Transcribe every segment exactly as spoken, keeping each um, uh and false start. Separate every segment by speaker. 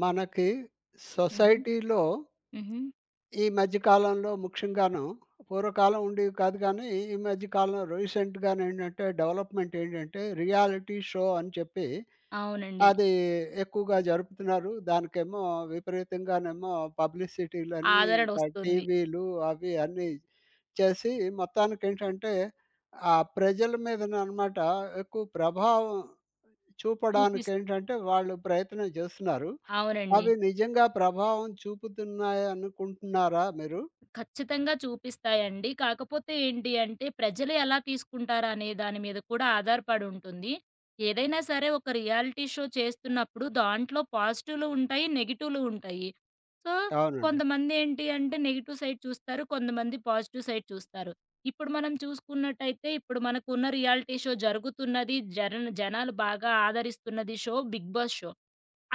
Speaker 1: మనకి
Speaker 2: హుహు.
Speaker 1: సొసైటీలో
Speaker 2: హుహు.
Speaker 1: ఈ మధ్య కాలంలో ముఖ్యంగాను పూర్వకాలం ఉండేవి కాదు, కానీ ఈ మధ్య కాలంలో రీసెంట్‌గా ఏంటంటే డెవలప్‌మెంట్ ఏంటంటే రియాలిటీ షో అని చెప్పి
Speaker 2: అవునండి.
Speaker 1: అది ఎక్కువగా జరుపుతున్నారు. దానికేమో విపరీతంగానేమో పబ్లిసిటీలని
Speaker 2: ఆదరణ
Speaker 1: ఇంకా
Speaker 2: వస్తుంది.
Speaker 1: టీవీలు అవి అన్నీ చేసి మొత్తానికేంటంటే ఆ ప్రజల మీదననమాట ఎక్కువ ప్రభావం
Speaker 2: చూపిస్
Speaker 1: చూపడానికేంటంటే వాళ్ళు ప్రయత్నం చేస్తున్నారు.
Speaker 2: అవునండి.
Speaker 1: అవి నిజంగా ప్రభావం చూపుతున్నాయనుకుంటున్నారా మీరు?
Speaker 2: ఖచ్చితంగా చూపిస్తాయండి. కాకపోతే ఏంటి అంటే ప్రజలు ఎలా తీసుకుంటారు అనే దాని మీద కూడా ఆధారపడి ఉంటుంది. ఏదైనా సరే ఒక రియాలిటీ షో చేస్తున్నప్పుడు దాంట్లో పాజిటివ్‌లు ఉంటాయి, నెగెటివ్‌లు ఉంటాయి. సో,
Speaker 1: అవునండి.
Speaker 2: కొంతమంది ఏంటి అంటే నెగెటివ్ సైడ్ చూస్తారు. కొంతమంది పాజిటివ్ సైడ్ చూస్తారు. ఇప్పుడు మనం చూసుకున్నట్టయితే ఇప్పుడు మనకున్న రియాలిటీ షో జరుగుతున్నది. జరన్ జనాలు బాగా ఆదరిస్తున్నది షో 'బిగ్ బాస్' షో.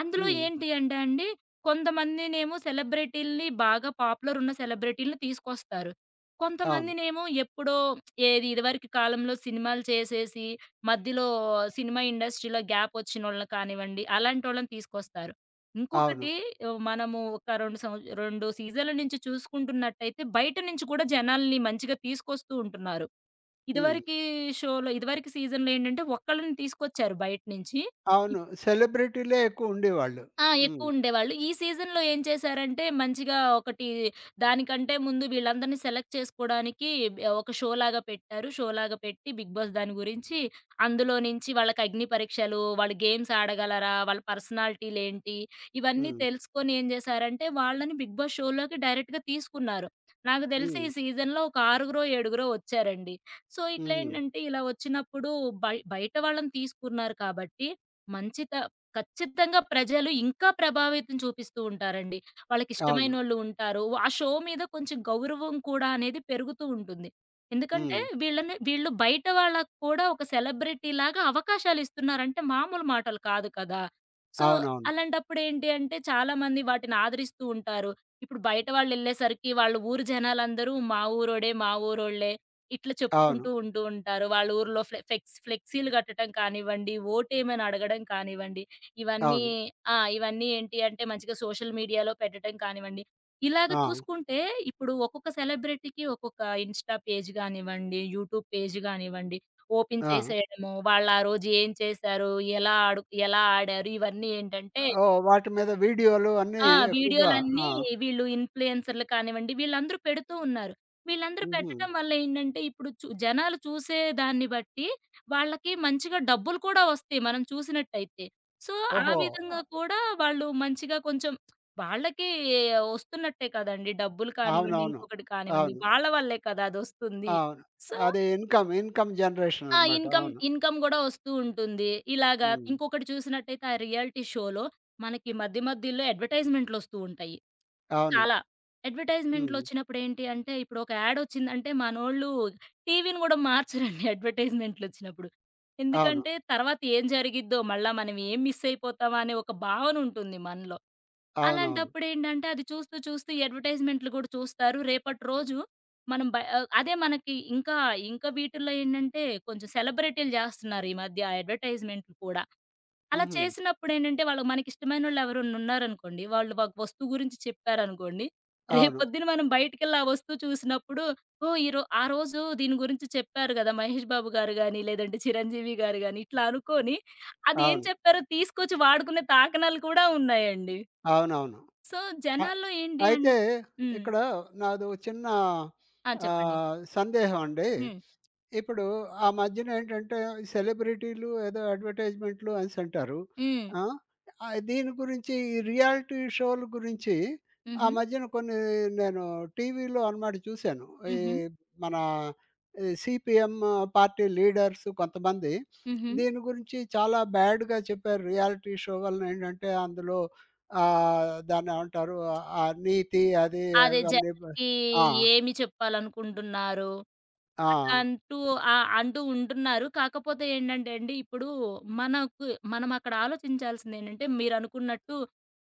Speaker 2: అందులో
Speaker 1: హ్మ్.
Speaker 2: ఏంటి అంటే అండి, కొంతమందినేమో సెలబ్రిటీలని బాగా పాపులర్ ఉన్న సెలబ్రిటీలని తీసుకొస్తారు.
Speaker 1: అవును.
Speaker 2: కొంతమందినేమో ఎప్పుడో ఏది ఇదివరకు కాలంలో సినిమాలు చేసేసి, మధ్యలో సినిమా ఇండస్ట్రీలో గ్యాప్ వచ్చినోళ్ళని కానివ్వండి, అలాంటోళ్ళని తీసుకొస్తారు. ఇంకొకటి
Speaker 1: అవును.
Speaker 2: ఆహ్, మనము ఒక రెండు సంవ రెండు సీజన్ల నుంచి చూసుకుంటున్నట్టయితే బయట నుంచి కూడా జనాల్ని మంచిగా తీసుకొస్తూ ఉంటున్నారు.
Speaker 1: హ్మ్.
Speaker 2: ఇదివరకి షోలో ఇదివరకి సీజన్‌లో ఏంటంటే, ఒక్కళ్ళని తీసుకొచ్చారు బయట నుంచి.
Speaker 1: అవును. సెలబ్రిటీలే ఎక్కువ ఉండేవాళ్ళు.
Speaker 2: ఆ,
Speaker 1: హ్మ్.
Speaker 2: ఎక్కువుండేవాళ్ళు. ఈ సీజన్‌లో ఏం చేశారంటే, మంచిగా ఒకటి దానికంటే ముందు వీళ్ళందరిని సెలెక్ట్ చేసుకోడానికి ఆహ్, ఒక షోలాగా పెట్టారు. షోలాగా పెట్టి 'బిగ్ బాస్' దాని గురించి అందులో నుంచి వాళ్ళకి అగ్ని పరీక్షలు, వాళ్ళు గేమ్స్ ఆడగలరా? వాళ్ళ పర్సనాలిటీలేంటి? ఇవన్నీ
Speaker 1: హ్మ్.
Speaker 2: తెలుసుకొని ఏం చేశారంటే, వాళ్ళని 'బిగ్ బాస్' షోలోకి డైరెక్ట్‌గా తీసుకున్నారు. నాకు తెలిసి
Speaker 1: హ్మ్.
Speaker 2: ఈ సీజన్‌లో ఒక ఆరుగురో, ఏడుగురో వచ్చారండి. సో,
Speaker 1: హుహు.
Speaker 2: ఇట్లేంటంటే ఇలా వచ్చినప్పుడు బయ బయట వాళ్ళని తీసుకున్నారు కాబట్టి మంచిత ఖచ్చితంగా ప్రజలు ఇంకా ప్రభావితం చూపిస్తూ ఉంటారండి.
Speaker 1: అవును.
Speaker 2: వాళ్ళకిష్టమైనోళ్ళు ఉంటారు. ఆ షో మీద కొంచెం గౌరవం కూడా అనేది పెరుగుతూ ఉంటుంది. ఎందుకంటే
Speaker 1: హ్మ్.
Speaker 2: వీళ్ళని వీళ్ళు బయట వాళ్ళకి కూడా ఒక సెలబ్రిటీలాగా అవకాశాలిస్తున్నారంటే మామూలు మాటలు కాదు కదా! సో,
Speaker 1: అవునవును.
Speaker 2: అలాంటప్పుడేంటి అంటే చాలామంది వాటిని ఆదరిస్తూ ఉంటారు. ఇప్పుడు బయట వాళ్ళెళ్ళేసరికి వాళ్ళ ఊరు జనాలందరూ మా ఊరోడే, మా ఊరోళ్ళే ఇట్లా
Speaker 1: అవును.
Speaker 2: చెప్పుకుంటూ ఉంటూ ఉంటారు. వాళ్ళ ఊర్లో ఫ్లె ఫెక్స్ ఫ్లెక్సీలు కట్టడం కానివ్వండి, ఓటేయమని అడగడం కానివ్వండి. ఇవన్నీ
Speaker 1: అవును.
Speaker 2: ఆ! ఇవన్నీ ఏంటి అంటే మంచిగా సోషల్ మీడియాలో పెట్టటం కానివ్వండి. ఇలాగ
Speaker 1: ఆ!
Speaker 2: చూసుకుంటే ఇప్పుడు ఒక్కొక్క సెలబ్రిటీకి ఒక్కొక్క ఇన్‌స్టా పేజ్ గానివ్వండి, యూట్యూబ్ పేజ్ గానివ్వండి ఓపెన్
Speaker 1: ఆ!
Speaker 2: చేసేయడము. వాళ్ళు ఆ రోజు ఏం చేశారు? ఎలా ఆడు ఎలా ఆడారు? ఇవన్నీ ఏంటంటే
Speaker 1: ఓహ్! వాటి మీద వీడియోలు అన్నీ
Speaker 2: ఆ!
Speaker 1: ఎక్కువగా.
Speaker 2: వీడియోలన్నీ
Speaker 1: ఆ!
Speaker 2: వీళ్ళు ఇన్‌ఫ్లుయెన్సర్‌లు కానివ్వండి, వీళ్ళందరూ పెడుతూ ఉన్నారు. వీళ్ళందరూ
Speaker 1: హుహు.
Speaker 2: పెట్టటం వల్ల ఏంటంటే, ఇప్పుడు చు జనాలు చూసే దాన్ని బట్టి వాళ్ళకి మంచిగా డబ్బులు కూడా వస్తాయి మనం చూసినట్టయితే. సో, ఆ
Speaker 1: ఓహో!
Speaker 2: విధంగా కూడా వాళ్ళు మంచిగా కొంచెం వాళ్ళకి వస్తున్నట్టే కదండీ! డబ్బులు కానివ్వండి,
Speaker 1: అవునవును.
Speaker 2: ఇంకొకటి కానివ్వండి,
Speaker 1: అవును.
Speaker 2: వాళ్ళ వల్లే కదా అదొస్తుంది.
Speaker 1: అవును.
Speaker 2: సో,
Speaker 1: అది ఇన్‌కమ్, ఇన్‌కమ్ జనరేషన్
Speaker 2: ఆ!
Speaker 1: అనమాట.
Speaker 2: ఇన్‌కమ్
Speaker 1: అవును.
Speaker 2: ఇన్‌కమ్ గూడా వస్తూ ఉంటుంది. ఇలాగా
Speaker 1: హ్మ్.
Speaker 2: ఇంకొకటి చూసినట్టయితే, ఆ రియాలిటీ షోలో మనకి మధ్య మధ్యలో అడ్వర్టైజ్‌మెంట్‌లొస్తూ ఉంటాయి.
Speaker 1: అవును.
Speaker 2: చాలా.
Speaker 1: హ్మ్.
Speaker 2: అడ్వర్‌టైజ్‌మెంట్‌లొచ్చినప్పుడేంటి అంటే, ఇప్పుడు ఒక యాడొచ్చిందంటే మనోళ్ళు టీవీని గూడా మార్చరండి అడ్వర్‌టైజ్‌మెంట్‌లొచ్చినప్పుడు.
Speaker 1: అవును.
Speaker 2: ఎందుకంటే, తర్వాత ఏం జరిగిద్దో, మళ్ళా మనం ఏం మిస్ అయిపోతామా అనే ఒక భావనుంటుంది మనలో.
Speaker 1: అవునవును.
Speaker 2: అలాంటప్పుడేంటంటే, అది చూస్తూ, చూస్తూ ఈ అడ్వర్‌టైజ్‌మెంట్‌లు గూడా చూస్తారు. రేపటి రోజు మనం బ ఆహ్, అదే మనకి ఇంకా, ఇంకా వీటిల్లో ఏంటంటే, కొంచెం సెలబ్రిటీలు జేస్తున్నారు ఈ మధ్య అడ్వర్‌టైజ్‌మెంట్‌లు కూడా. అలా
Speaker 1: హుహు.
Speaker 2: చేసినప్పుడేంటంటే, వాళ్ళు మనకిష్టమైనోళ్ళు ఎవరన్నా ఉన్నారనుకోండి, వాళ్ళు ఒక వస్తువు గురించి చెప్పారనుకోండి,
Speaker 1: అవును.
Speaker 2: రేపొద్దున మనం బయటికెళ్ళి ఆ వస్తువు చూసినప్పుడు, ఓహ్! ఈరో ఆ రోజు దీని గురించి చెప్పారు గదా! మహేష్ బాబు గారు గాని, లేదంటే చిరంజీవి గారు గాని, ఇట్లా అనుకోని అదేం
Speaker 1: అవును.
Speaker 2: చెప్పారో తీసుకొచ్చి వాడుకునే తాకనాలు కూడా ఉన్నాయండి.
Speaker 1: అవునవును.
Speaker 2: సో,
Speaker 1: అ
Speaker 2: జనాల్లో ఏంటి అన్
Speaker 1: అయితే
Speaker 2: హ్మ్.
Speaker 1: ఇక్కడ నాదో చిన్న
Speaker 2: ఆ, చెప్పండి.
Speaker 1: ఆహ్, సందేహం అండి.
Speaker 2: హ్మ్.
Speaker 1: ఇప్పుడు ఆ మధ్యన ఏంటంటే సెలబ్రిటీలు ఏదో అడ్వర్టైజ్‌మెంట్‌లు అనేసంటారు.
Speaker 2: హ్మ్.
Speaker 1: ఆ! ఆహ్, దీని గురించి ఈ రియాలిటీ షోల గురించి ఆ
Speaker 2: హుహు.
Speaker 1: మధ్యన కొన్ని నేను టీవీలో అనమాట చూశాను. ఈ
Speaker 2: హుహు.
Speaker 1: మన ఈ సీపీఎం పార్టీ లీడర్స్ కొంతమంది
Speaker 2: హుహు.
Speaker 1: దీని గురించి చాలా బ్యాడ్‌గా చెప్పారు. రియాలిటీ షో వలన ఏంటంటే అందులో ఆహ్, దాన్నేమంటారు? ఆ ఆ నీతి అది
Speaker 2: అదే
Speaker 1: అవన్నీ బ
Speaker 2: జనాలకి
Speaker 1: ఆ!
Speaker 2: ఏమి చెప్పాలనుకుంటున్నారు?
Speaker 1: ఆ!
Speaker 2: అట్లా అంటూ ఆహ్, అంటూ ఉంటున్నారు. కాకపోతే ఏంటంటే అండి, ఇప్పుడు మనకు మనం అక్కడ ఆలోచించాల్సిందేంటంటే, మీరనుకున్నట్టు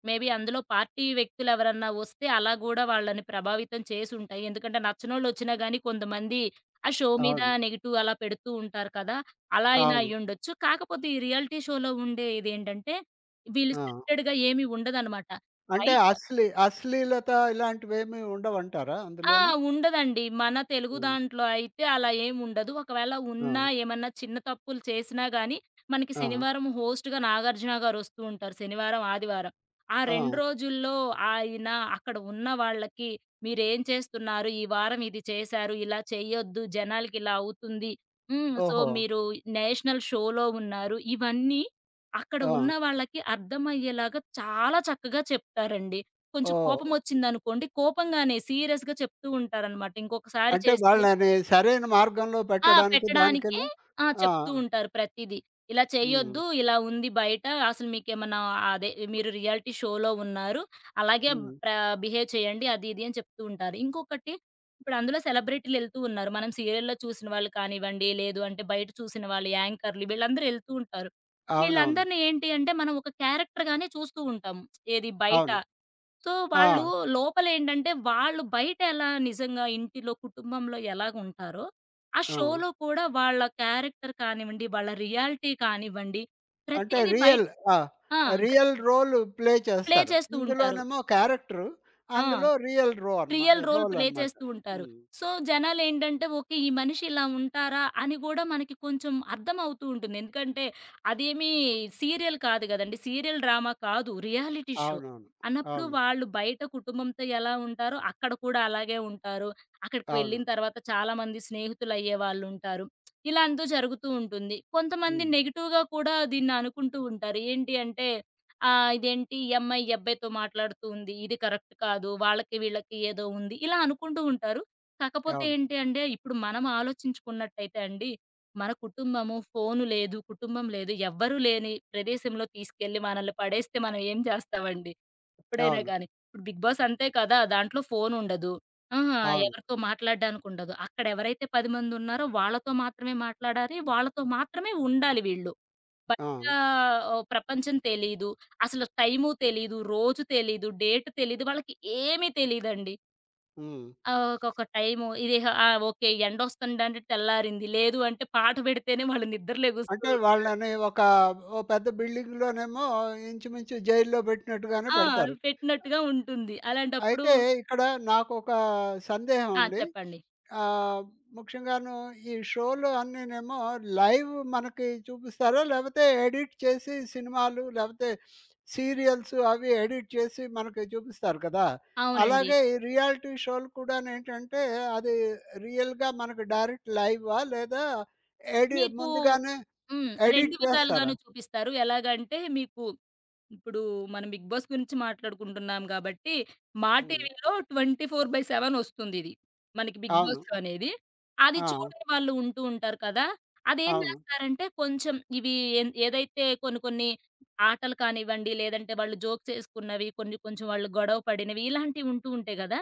Speaker 2: మే బీ అందులో పార్టీ వ్యక్తులెవరన్నా వస్తే, అలా గూడా వాళ్ళని ప్రభావితం చేసుంటాయి. ఎందుకంటే, నచ్చనోళ్ళొచ్చినా గానీ కొంతమంది ఆ షో మీద
Speaker 1: అవును.
Speaker 2: నెగెటివ్ అలా పెడుతూ ఉంటారు కదా! అలా అయినా
Speaker 1: అవును.
Speaker 2: అయ్యుండొచ్చు. కాకపోతే, ఈ రియాలిటీ షోలో ఉండే ఇదేంటంటే, వీళ్ళు
Speaker 1: ఆ!
Speaker 2: స్క్రిప్టెడ్‌గా ఏమి ఉండదనమాట.
Speaker 1: అంటే
Speaker 2: బయట
Speaker 1: అశ్లీ అశ్లీలత ఇలాంటివేమీ ఉండవంటారా
Speaker 2: ఆ!
Speaker 1: అందులోని?
Speaker 2: ఉండదండి. మన తెలుగు
Speaker 1: హ్మ్.
Speaker 2: దాంట్లో అయితే అలా ఏముండదు. ఒకవేళ
Speaker 1: ఆ!
Speaker 2: ఉన్నా ఏమన్నా చిన్న తప్పులు చేసినా గానీ, మనకి
Speaker 1: ఆ!
Speaker 2: శనివారం హోస్ట్‌గా నాగార్జున గారొస్తూ ఉంటారు. శనివారం, ఆదివారం. ఆ
Speaker 1: ఆ!
Speaker 2: రెండు రోజుల్లో ఆయన అక్కడ ఉన్న వాళ్ళకి మీరేం చేస్తున్నారు? ఈ వారం ఇది చేశారు. ఇలా చేయొద్దు. జనాలకిలా అవుతుంది. హ్మ్. సో,
Speaker 1: ఓహో!
Speaker 2: మీరు నేషనల్ షోలో ఉన్నారు. ఇవన్నీ అక్కడ
Speaker 1: ఆ!
Speaker 2: ఉన్న వాళ్ళకి అర్థమయ్యేలాగా చాలా చక్కగా చెప్తారండి. కొంచెం
Speaker 1: ఓహ్!
Speaker 2: కోపమొచ్చిందనుకోండి, కోపంగానే సీరియస్‌గా చెప్తూ ఉంటారనమాట. ఇంకొకసారి
Speaker 1: అంటే
Speaker 2: చేస్తే
Speaker 1: వాళ్ళని సరైన మార్గంలో
Speaker 2: ఆ,
Speaker 1: పెట్టడానికి
Speaker 2: పెట్టడానికే
Speaker 1: దానికేను.
Speaker 2: ఆ,
Speaker 1: ఆ!
Speaker 2: చెప్తూ ఉంటారు ప్రతీదీ. ఇలా
Speaker 1: హ్మ్.
Speaker 2: చేయొద్దు, ఇలా ఉంది బయట. అసలు మీకేమన్నా అదే మీరు రియాలిటీ షోలో ఉన్నారు. అలాగే
Speaker 1: హ్మ్.
Speaker 2: ప్ర బిహేవ్ చేయండి అది ఇది అని చెప్తూ ఉంటారు. ఇంకొకటి ఇప్పుడు అందులో సెలబ్రిటీలు ఎళ్తూ ఉన్నారు. మనం సీరియల్‌లో చూసిన వాళ్ళు కానివ్వండి, లేదు అంటే బయట చూసిన వాళ్ళు యాంకర్‌లు వీళ్ళందరూ ఎళ్తూ ఉంటారు.
Speaker 1: అవునవును.
Speaker 2: వీళ్ళందరిని ఏంటి అంటే మనం ఒక క్యారెక్టర్‌గానే చూస్తూ ఉంటాము. ఏది బయట
Speaker 1: అవును.
Speaker 2: సో,
Speaker 1: ఆ!
Speaker 2: వాళ్ళు లోపలేంటంటే, వాళ్ళు బయటెలా నిజంగా ఇంటిలో, కుటుంబంలో ఎలాగుంటారో, ఆ
Speaker 1: ఆ!
Speaker 2: షోలో కూడా వాళ్ళ క్యారెక్టర్ కానివ్వండి, వాళ్ళ రియాలిటీ కానివ్వండి,
Speaker 1: అంటే
Speaker 2: ప్రతీది బయట
Speaker 1: రియల్. ఆ!
Speaker 2: ఆ! ప్ర
Speaker 1: రియల్ రోల్ ప్లే
Speaker 2: ప్లే
Speaker 1: చేస్తారు.
Speaker 2: చేస్తూ ఉంటారు.
Speaker 1: ఇందులోనేమో క్యారెక్టరు,
Speaker 2: ఆ,
Speaker 1: అందులో రియల్ రో అన్మా
Speaker 2: రియల్ రోల్
Speaker 1: రోల్
Speaker 2: ప్లే
Speaker 1: అనమాట.
Speaker 2: చేస్తూ ఉంటారు.
Speaker 1: హ్మ్.
Speaker 2: సో, జనాలేంటంటే ఓకే. ఈ మనిషి ఇలా ఉంటారా? అని గూడా మనకి కొంచెం అర్థమవుతూ ఉంటుంది. ఎందుకంటే అదేమీ సీరియల్ కాదు గదండీ! సీరియల్ డ్రామా కాదు. Reality show.
Speaker 1: అవునవును.
Speaker 2: అన్నప్పుడు
Speaker 1: అవును.
Speaker 2: వాళ్ళు బయట కుటుంబంతో ఎలా ఉంటారో అక్కడ కూడా అలాగే ఉంటారు. అక్కడికి వెళ్ళిన
Speaker 1: అవును.
Speaker 2: తర్వాత చాలా మంది స్నేహితులయ్యేవాళ్ళుంటారు. ఇలా అంతా జరుగుతూ ఉంటుంది. కొంతమంది
Speaker 1: హ్మ్.
Speaker 2: నెగెటివ్‌గా కూడా దీన్ని అనుకుంటూ ఉంటారు. ఏంటి అంటే ఆ, ఇదేంటి ఈ అమ్మాయి, ఈ అబ్బాయితో మాట్లాడుతూ ఉంది. ఇది కరెక్ట్ కాదు. వాళ్ళకి వీళ్ళకి ఏదో ఉంది. ఇలా అనుకుంటూ ఉంటారు. కాకపోతే
Speaker 1: అవును.
Speaker 2: ఏంటి అంటే ఇప్పుడు మనం ఆలోచించుకున్నట్టయితే అండి, మన కుటుంబము, ఫోను లేదు, కుటుంబం లేదు, ఎవ్వరు లేని ప్రదేశంలో తీసుకెళ్ళి మనల్ని పడేస్తే మనం ఏం చేస్తామండి? ఎప్పుడైనా
Speaker 1: అవును.
Speaker 2: గాని. ఇప్పుడు 'బిగ్ బాస్' అంతే కదా! దాంట్లో ఫోను ఉండదు. ఆహా!
Speaker 1: అవును.
Speaker 2: ఎవరితో మాట్లాడడానికి ఉండదు. అక్కడ ఎవరైతే పది మంది ఉన్నారో వాళ్ళతో మాత్రమే మాట్లాడాలి. వాళ్ళతో మాత్రమే ఉండాలి వీళ్ళు. బయట
Speaker 1: ఆ!
Speaker 2: ఆహ్, ప్రపంచం తెలీదు. అసలు టైము తెలీదు. రోజు తెలీదు. డేట్ తెలీదు. వాళ్ళకి ఏమీ తెలీదండి.
Speaker 1: హ్మ్.
Speaker 2: ఆహ్, ఒకొక టైము ఇది ఆ! ఓకే. ఎండొస్తుందంటే తెల్లారింది. లేదు అంటే పాట పెడితేనే వాళ్ళు నిద్ర లెగుస్తూ
Speaker 1: అంటే వాళ్ళని ఒక ఓ పెద్ద బిల్డింగ్‌లోనేమో ఇంచుమించు జైల్లో పెట్టినట్టుగానే
Speaker 2: ఆ,
Speaker 1: పెడతారు.
Speaker 2: పెట్టినట్టుగా ఉంటుంది. అలాంటప్పుడు
Speaker 1: అయితే ఇక్కడ నాకొక సందేహం
Speaker 2: ఆ,
Speaker 1: అండి.
Speaker 2: చెప్పండి.
Speaker 1: ఆహ్, ముఖ్యంగాను ఈ షోలు అన్నీనేమో లైవ్ మనకి చూపిస్తారా? లేపోతే ఎడిట్ చేసి సినిమాలు లేపోతే సీరియల్స్ అవి ఎడిట్ చేసి మనకి చూపిస్తారు కదా!
Speaker 2: అవునండి.
Speaker 1: అలాగే ఈ రియాలిటీ షోలు కూడానేంటంటే అది రియల్‌గా మనకు డైరెక్ట్ లైవా? లేదా ఎడి
Speaker 2: మీకు
Speaker 1: ముందుగానే
Speaker 2: హ్మ్. రెండు
Speaker 1: ఎడిట్ చేస్తారా?
Speaker 2: విధాలుగాను చూపిస్తారు. ఎలాగంటే మీకు ఇప్పుడు మనం 'బిగ్ బాస్' గురించి మాట్లాడుకుంటున్నాం గాబట్టి, మా
Speaker 1: హ్మ్.
Speaker 2: టీవీలో ట్వంటీ ఫోర్ బై సెవన్ వస్తుందిది. మనకి 'బిగ్
Speaker 1: అవును.
Speaker 2: బాస్' షో అనేది. అది
Speaker 1: ఆ!
Speaker 2: చూడని వాళ్ళు ఉంటూ ఉంటారు కదా! అదేం
Speaker 1: అవును.
Speaker 2: జేస్తారంటే, కొంచెం ఇవి ఎన్ ఏదైతే కొన్ని కొన్ని ఆటలు కానివ్వండి, లేదంటే వాళ్ళు జోక్స్ ఏసుకున్నవి, కొన్ని కొంచెం వాళ్ళు గొడవ పడినవి, ఇలాంటివి ఉంటూ ఉంటాయి గదా!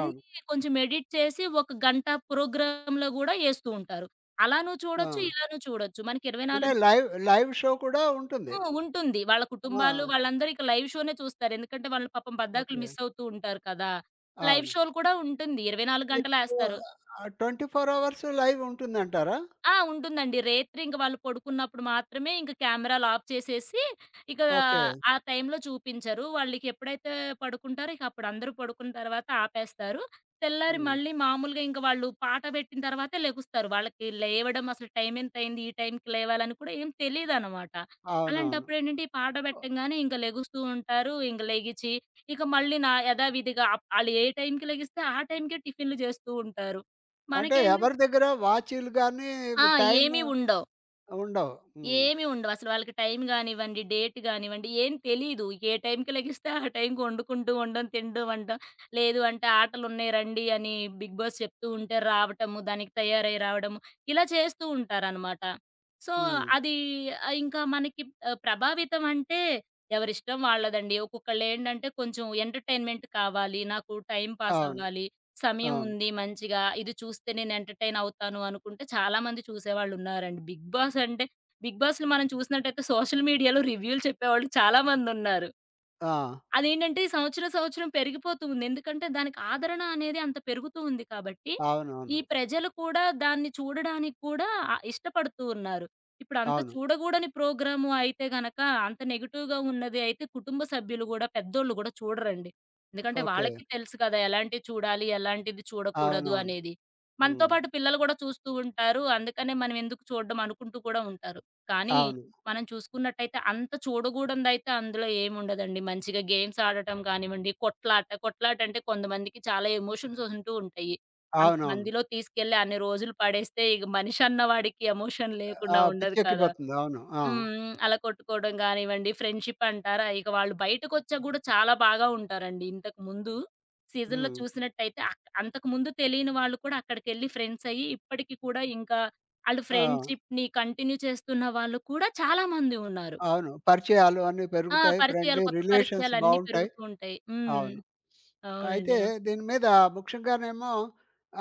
Speaker 1: అవును.
Speaker 2: కొంచెం ఎడిట్ చేసి, ఒక గంట ప్రోగ్రామ్‌లో గూడా ఏస్తూ ఉంటారు. అలానూ
Speaker 1: ఆ!
Speaker 2: చూడొచ్చు, ఇలానూ చూడొచ్చు. మనకి ఇరవై
Speaker 1: అంటే
Speaker 2: నాలుగు
Speaker 1: లైవ్ లైవ్ షో కూడా
Speaker 2: ఆ,
Speaker 1: ఉంటుంది.
Speaker 2: ఉంటుంది. వాళ్ళ
Speaker 1: ఆ!
Speaker 2: కుటుంబాలు హ్మ్. వాళ్ళందరూ ఇక లైవ్ షోనే చూస్తారు. ఎందుకంటే వాళ్ళు పాపం పద్దాకులు
Speaker 1: ఓకే.
Speaker 2: మిస్ అవుతూ ఉంటారు కదా! లైవ్
Speaker 1: అవును.
Speaker 2: షోలు కూడా ఉంటుంది. ఇరవై నాలుగు
Speaker 1: ఇప్పుడు
Speaker 2: గంటలేస్తారు.
Speaker 1: ఆహ్, ఇరవై నాలుగు అవర్స్ లైవ్ ఉంటుందంటారా?
Speaker 2: ఆ, ఉంటుందండి. రేత్రి ఇంక వాళ్ళు పడుకున్నప్పుడు మాత్రమే ఇంక కెమెరాలు ఆఫ్ చేసేసి, ఇక
Speaker 1: ఓకే.
Speaker 2: ఆ టైంలో చూపించరు. వాళ్ళకెప్పుడైతే పడుకుంటారో ఇక అప్పుడు అందరూ పడుకున్న తర్వాత ఆపేస్తారు. తెల్లారి
Speaker 1: హ్మ్.
Speaker 2: మళ్ళీ మామూలుగా ఇంక వాళ్ళు పాట పెట్టిన తర్వాతే లెగుస్తారు. వాళ్ళకి లేవడం అసలు టైం ఎంతయింది? ఈ టైంకి లేవాలని కూడా ఏం తెలీదనమాట.
Speaker 1: అవునవును.
Speaker 2: అలాంటప్పుడేంటంటే, ఈ పాట పెట్టంగానే ఇంక లెగుస్తూ ఉంటారు. ఇంక లెగిచి, ఇక మళ్ళీ నా యథావిధిగా అప్ ఆళ్ళు ఏ టైంకి లెగిస్తే ఆ టైంకే టిఫిన్‌లు చేస్తూ ఉంటారు.
Speaker 1: అంటే
Speaker 2: మనకేంటం
Speaker 1: ఎవరి దగ్గర వాచీలు గాని,
Speaker 2: ఆ,
Speaker 1: టైమ్
Speaker 2: ఏమి ఉండవు.
Speaker 1: ఉండవు. హ్మ్.
Speaker 2: ఏమి ఉండవు. అసలు వాళ్ళకి టైం గానివ్వండి, డేట్ గానివ్వండి ఏం తెలీదు. ఏ టైంకి లెగిస్తే ఆ టైంకి వండుకుంటూ ఉండడం, తినడం, వండడం. లేదు అంటే ఆటలున్నాయి రండి అని బిగ్ బాస్ చెప్తూ ఉంటే రావటము, దానికి తయారై రావడము, ఇలా చేస్తూ ఉంటారనమాట. సో,
Speaker 1: హ్మ్.
Speaker 2: అది ఆహ్, ఇంకా మనకి ఆహ్, ప్రభావితం అంటే ఎవరిష్టం వాళ్ళదండి. ఒక్కొక్కళ్ళేంటంటే కొంచెం ఎంటర్‌టైన్‌మెంట్ కావాలి, నాకు టైం పాస్
Speaker 1: అవును.
Speaker 2: అవ్వాలి, సమయం
Speaker 1: అవును.
Speaker 2: ఉంది మంచిగా, ఇది చూస్తే నేను ఎంటర్‌టైన్ అవుతాను అనుకుంటే చాలామంది చూసేవాళ్ళున్నారండి. బిగ్ బాస్ అంటే బిగ్ బాస్‌లో మనం చూసినట్టయితే సోషల్ మీడియాలో రివ్యూలు చెప్పేవాళ్ళు చాలా మందున్నారు.
Speaker 1: ఆ!
Speaker 2: అదేంటంటే ఈ సంవత్సరం, సంవత్సరం పెరిగిపోతూ ఉంది. ఎందుకంటే దానికి ఆదరణ అనేది అంత పెరుగుతూ ఉంది కాబట్టి, ఈ
Speaker 1: అవునవును.
Speaker 2: ప్రజలు కూడా దాన్ని చూడడానికి కూడా ఆహ్, ఇష్టపడుతూ ఉన్నారు. ఇప్పుడు అంత
Speaker 1: అవును.
Speaker 2: చూడగూడని ప్రోగ్రాము అయితే గనక అంత నెగెటివ్‌గా ఉన్నది అయితే కుటుంబ సభ్యులు గూడా పెద్దోళ్ళు గూడా చూడరండి. ఎందుకంటే
Speaker 1: ఓకే.
Speaker 2: వాళ్ళకి తెలుసు కదా! ఎలాంటివి చూడాలి, ఎలాంటిది చూడకూడదు
Speaker 1: అవునవును.
Speaker 2: అనేది. మనతో
Speaker 1: హ్మ్.
Speaker 2: పాటు పిల్లలు గూడా చూస్తూ ఉంటారు. అందుకనే మనం ఎందుకు చూడడం అనుకుంటూ కూడా ఉంటారు. కానీ
Speaker 1: అవును.
Speaker 2: మనం చూసుకున్నట్టయితే అంత చూడగూడందయితే అందులో ఏముండదండి. మంచిగా గేమ్స్ ఆడటం కానివ్వండి, కొట్లాట. కొట్లాట అంటే కొంతమందికి చాలా ఎమోషన్స్ ఉంటూ ఉంటాయి.
Speaker 1: అవునవును.
Speaker 2: అంతమందిలో తీసుకెళ్ళి అన్ని రోజులు పడేస్తే ఇక మనిషన్న వాడికి ఎమోషన్
Speaker 1: ఆ!
Speaker 2: లేకుండా ఉండదు కదా!
Speaker 1: పిచ్చెక్కిపోతుంది. అవును. ఆ!
Speaker 2: హ్మ్. అలా కొట్టుకోవడం గానివ్వండి, ఫ్రెండ్‌షిప్ అంటారా, ఇక వాళ్ళు బయటకొచ్చాక గూడా చాలా బాగా ఉంటారండి. ఇంతకు ముందు సీజన్‌లో
Speaker 1: హ్మ్.
Speaker 2: చూసినట్టయితే అక్ అంతకుముందు తెలియని వాళ్ళు కూడా అక్కడికెళ్ళి ఫ్రెండ్స్ అయ్యి, ఇప్పటికి కూడా ఇంకా ఆళ్ళు
Speaker 1: ఆ!
Speaker 2: ఫ్రెండ్‌షిప్‌ని కంటిన్యూ చేస్తున్న వాళ్ళు కూడా చాలా మంది ఉన్నారు.
Speaker 1: అవును. పరిచయాలు అన్నీ
Speaker 2: ఆ,
Speaker 1: పెరుగుతాయి.
Speaker 2: పరిచయాలు
Speaker 1: ఫ్రెండ్లీ
Speaker 2: కొత్త
Speaker 1: రిలేషన్స్
Speaker 2: పరిచయాలన్నీ
Speaker 1: బావుంటాయి.
Speaker 2: పెరుగుతూ ఉంటాయి. హ్మ్.
Speaker 1: అవును.
Speaker 2: అవునండి.
Speaker 1: అయితే
Speaker 2: అవును.
Speaker 1: దీని మీద ముఖ్యంగానేమో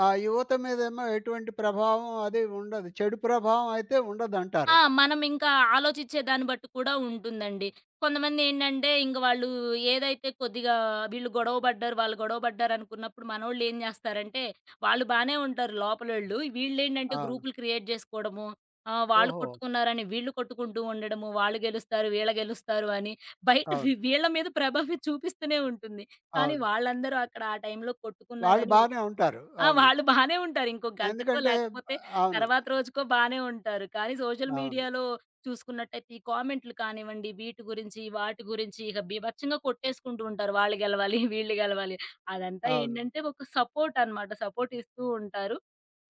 Speaker 1: ఆహ్, యువత మీదేమో ఎటువంటి ప్రభావం అది ఉండదు. చెడు ప్రభావం అయితే ఉండదంటారు?
Speaker 2: ఆ, మనమింకా ఆలోచిచ్చే దాన్ని బట్టి కూడా ఉంటుందండి. కొంతమందేంటంటే, ఇంక వాళ్ళు ఏదైతే కొద్దిగా వీళ్ళు గొడవ పడ్డారు, వాళ్ళు గొడవ పడ్డారనుకున్నప్పుడు మనోళ్ళేం జేస్తారంటే, వాళ్ళు బానే ఉంటారు లోపలోళ్ళు. వీళ్ళేంటంటే
Speaker 1: అవును.
Speaker 2: గ్రూపులు క్రియేట్ జేసుకోవడము, ఆహ్, వాళ్ళు
Speaker 1: ఓహో!
Speaker 2: కొట్టుకున్నారని వీళ్ళు కొట్టుకుంటూ ఉండడము, వాళ్ళు గెలుస్తారు, వీళ్ళు గెలుస్తారు అని బయట వి
Speaker 1: అవును.
Speaker 2: వీళ్ళ మీద ప్రభావం చూపిస్తూనే ఉంటుంది. కానీ
Speaker 1: అవును.
Speaker 2: వాళ్ళందరూ అక్కడ ఆ టైంలో కొట్టుకున్నా
Speaker 1: వాళ్ళు
Speaker 2: గాని
Speaker 1: బానే ఉంటారు.
Speaker 2: ఆ,
Speaker 1: అవును.
Speaker 2: వాళ్ళు బానే ఉంటారు. ఇంకో గంటకో
Speaker 1: ఎందుకంటే
Speaker 2: లేకపోతే
Speaker 1: అవును.
Speaker 2: తర్వాత రోజుకో బానే ఉంటారు. కానీ సోషల్
Speaker 1: అవును.
Speaker 2: మీడియాలో చూసుకున్నట్టయితే ఈ కామెంట్లు కానివ్వండి, వీటి గురించి, వాటి గురించి ఇక బీభత్సంగా కొట్టేసుకుంటూ ఉంటారు. వాళ్ళు గెలవాలి, వీళ్ళు గెలవాలి. అదంతా
Speaker 1: అవును.
Speaker 2: ఏంటంటే ఒక సపోర్ట్ అన్నమాట. సపోర్ట్ ఇస్తూ ఉంటారు.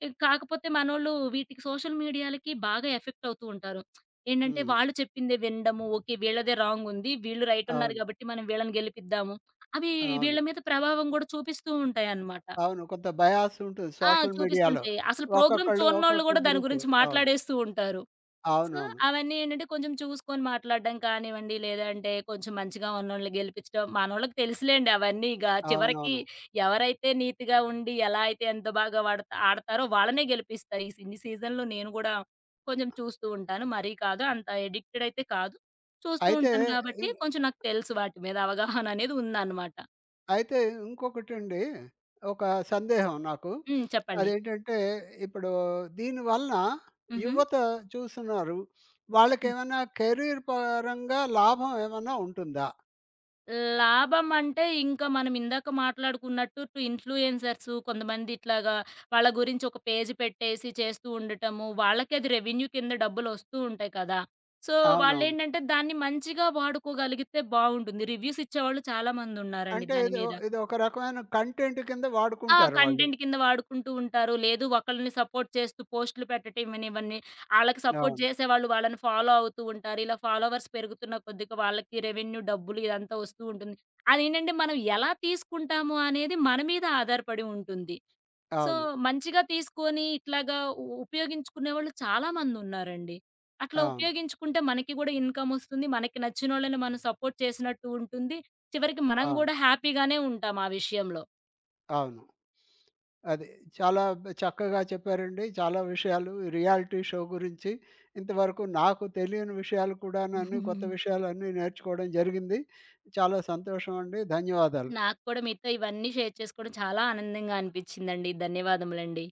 Speaker 2: ఇక కాకపోతే మనోళ్ళు వీటికి సోషల్ మీడియాలకి బాగా ఎఫెక్ట్ అవుతూ ఉంటారు. ఏంటంటే
Speaker 1: హ్మ్.
Speaker 2: వాళ్ళు చెప్పిందే వినడము. ఓకే. వీళ్ళదే రాంగ్ ఉంది. వీళ్ళు రైట్ ఉన్నారు
Speaker 1: అవును.
Speaker 2: కాబట్టి మనం వీళ్ళని గెలిపిద్దాము. అవి
Speaker 1: అవును.
Speaker 2: వీళ్ళ మీద ప్రభావం కూడా చూపిస్తూ ఉంటాయన్నమాట.
Speaker 1: అవును. కొంత బయాస్ ఉంటుంది
Speaker 2: ఆ,
Speaker 1: సోషల్ మీడియాలో.
Speaker 2: చూపిస్తుంటాయి. అసలు ప్రోగ్రామ్
Speaker 1: ఒక్కొక్కళ్ళు
Speaker 2: చూడనోళ్ళు గూడా
Speaker 1: ఒక్కొక్క
Speaker 2: దాని
Speaker 1: గ్రూపు.
Speaker 2: గురించి
Speaker 1: అవును.
Speaker 2: మాట్లాడేస్తూ ఉంటారు. సో,
Speaker 1: అవునవును.
Speaker 2: అవన్నీ ఏంటంటే కొంచెం చూసుకొని మాట్లాడడం కానివ్వండి, లేదంటే కొంచెం మంచిగా ఉన్నోళ్ళని గెలిపించడం మనోళ్ళకి తెలుసులేండి అవన్నీ ఇగ. చివరికి
Speaker 1: అవునవును.
Speaker 2: ఎవరైతే నీతిగా ఉండి, ఎలా అయితే ఎంత బాగా వాడతా ఆడతారో వాళ్ళనే గెలిపిస్తారు. ఈ సీ ఈ సీజన్‌లో నేను గూడా కొంచెం చూస్తూ ఉంటాను. మరీ కాదు, అంత ఎడిక్టెడ్ అయితే కాదు. చూస్తూ
Speaker 1: అయితే
Speaker 2: ఉంటాను గాబట్టి
Speaker 1: ఇం
Speaker 2: కొంచెం నాకు తెలుసు వాటి మీద అవగాహన అనేది ఉందన్నమాట.
Speaker 1: అయితే ఇంకొకటండి ఒక సందేహం నాకు.
Speaker 2: హ్మ్. చెప్పండి.
Speaker 1: అదేంటంటే ఇప్పుడు దీని వలన
Speaker 2: హుహు. హ్మ్.
Speaker 1: యువత చూస్తున్నారు. వాళ్ళకేమైనా కెరీర్ పరంగా లాభం ఏమన్నా ఉంటుందా?
Speaker 2: లాభం అంటే ఇంకా మనం ఇందాక మాట్లాడుకున్నట్టు టు ఇన్‌ఫ్లుయెన్సర్స్ కొంతమంది ఇట్లాగా వాళ్ళ గురించి ఒక పేజ్ పెట్టేసి చేస్తూ ఉండటము. వాళ్ళకి అది రెవెన్యూ కింద డబ్బులొస్తూ ఉంటాయి కదా! సో,
Speaker 1: అవునవును.
Speaker 2: వాళ్ళేంటంటే దాన్ని మంచిగా వాడుకోగలిగితే బావుంటుంది. రివ్యూస్ ఇచ్చేవాళ్ళు చాలా మందున్నారండి
Speaker 1: అంటే
Speaker 2: దాని
Speaker 1: ఇదో
Speaker 2: మీద.
Speaker 1: ఇదొక రకమైన కంటెంట్ కింద
Speaker 2: ఆ,
Speaker 1: వాడుకుంటారు వాళ్ళు.
Speaker 2: కంటెంట్ కింద వాడుకుంటూ ఉంటారు. లేదు ఒకళ్ళని సపోర్ట్ చేస్తూ పోస్టులు పెట్టటమనివ్వని, ఆళ్ళకి సపోర్ట్
Speaker 1: అవును.
Speaker 2: చేసేవాళ్ళు వాళ్ళని ఫాలో అవుతూ ఉంటారు. ఇలా ఫాలోవర్స్ పెరుగుతున్న కొద్దిగా వాళ్ళకి రెవెన్యూ డబ్బులు ఇదంతా వస్తూ ఉంటుంది. అదేంటంటే మనం ఎలా తీసుకుంటాము అనేది మన మీద ఆధారపడి ఉంటుంది. సో,
Speaker 1: అవును.
Speaker 2: మంచిగా తీసుకొని ఇట్లాగా ఉ ఉపయోగించుకునేవాళ్ళు చాలా మందున్నారండి. అట్లా
Speaker 1: అవును. అవును.
Speaker 2: ఉపయోగించుకుంటే మనకి గూడా ఇన్‌కమొస్తుంది. మనకి నచ్చినోళ్ళని మనం సపోర్ట్ చేసినట్టు ఉంటుంది. చివరికి మనం
Speaker 1: అవును.
Speaker 2: గూడా హ్యాపీగానే ఉంటాం ఆ విషయంలో.
Speaker 1: అవును. అది. చాలా బ్ చక్కగా చెప్పారండి. చాలా విషయాలు రియాలిటీ షో గురించి, ఇంతవరకు నాకు తెలియని విషయాలు కూడానన్నీ కొత్త విషయాలన్నీ నేర్చుకోవడం జరిగింది. చాలా సంతోషం అండి. ధన్యవాదాలు.
Speaker 2: నాకు కూడా మీతో ఇవన్నీ షేర్ చేసుకోవడం చాలా ఆనందంగా అనిపించిందండి. ధన్యవాదములండి.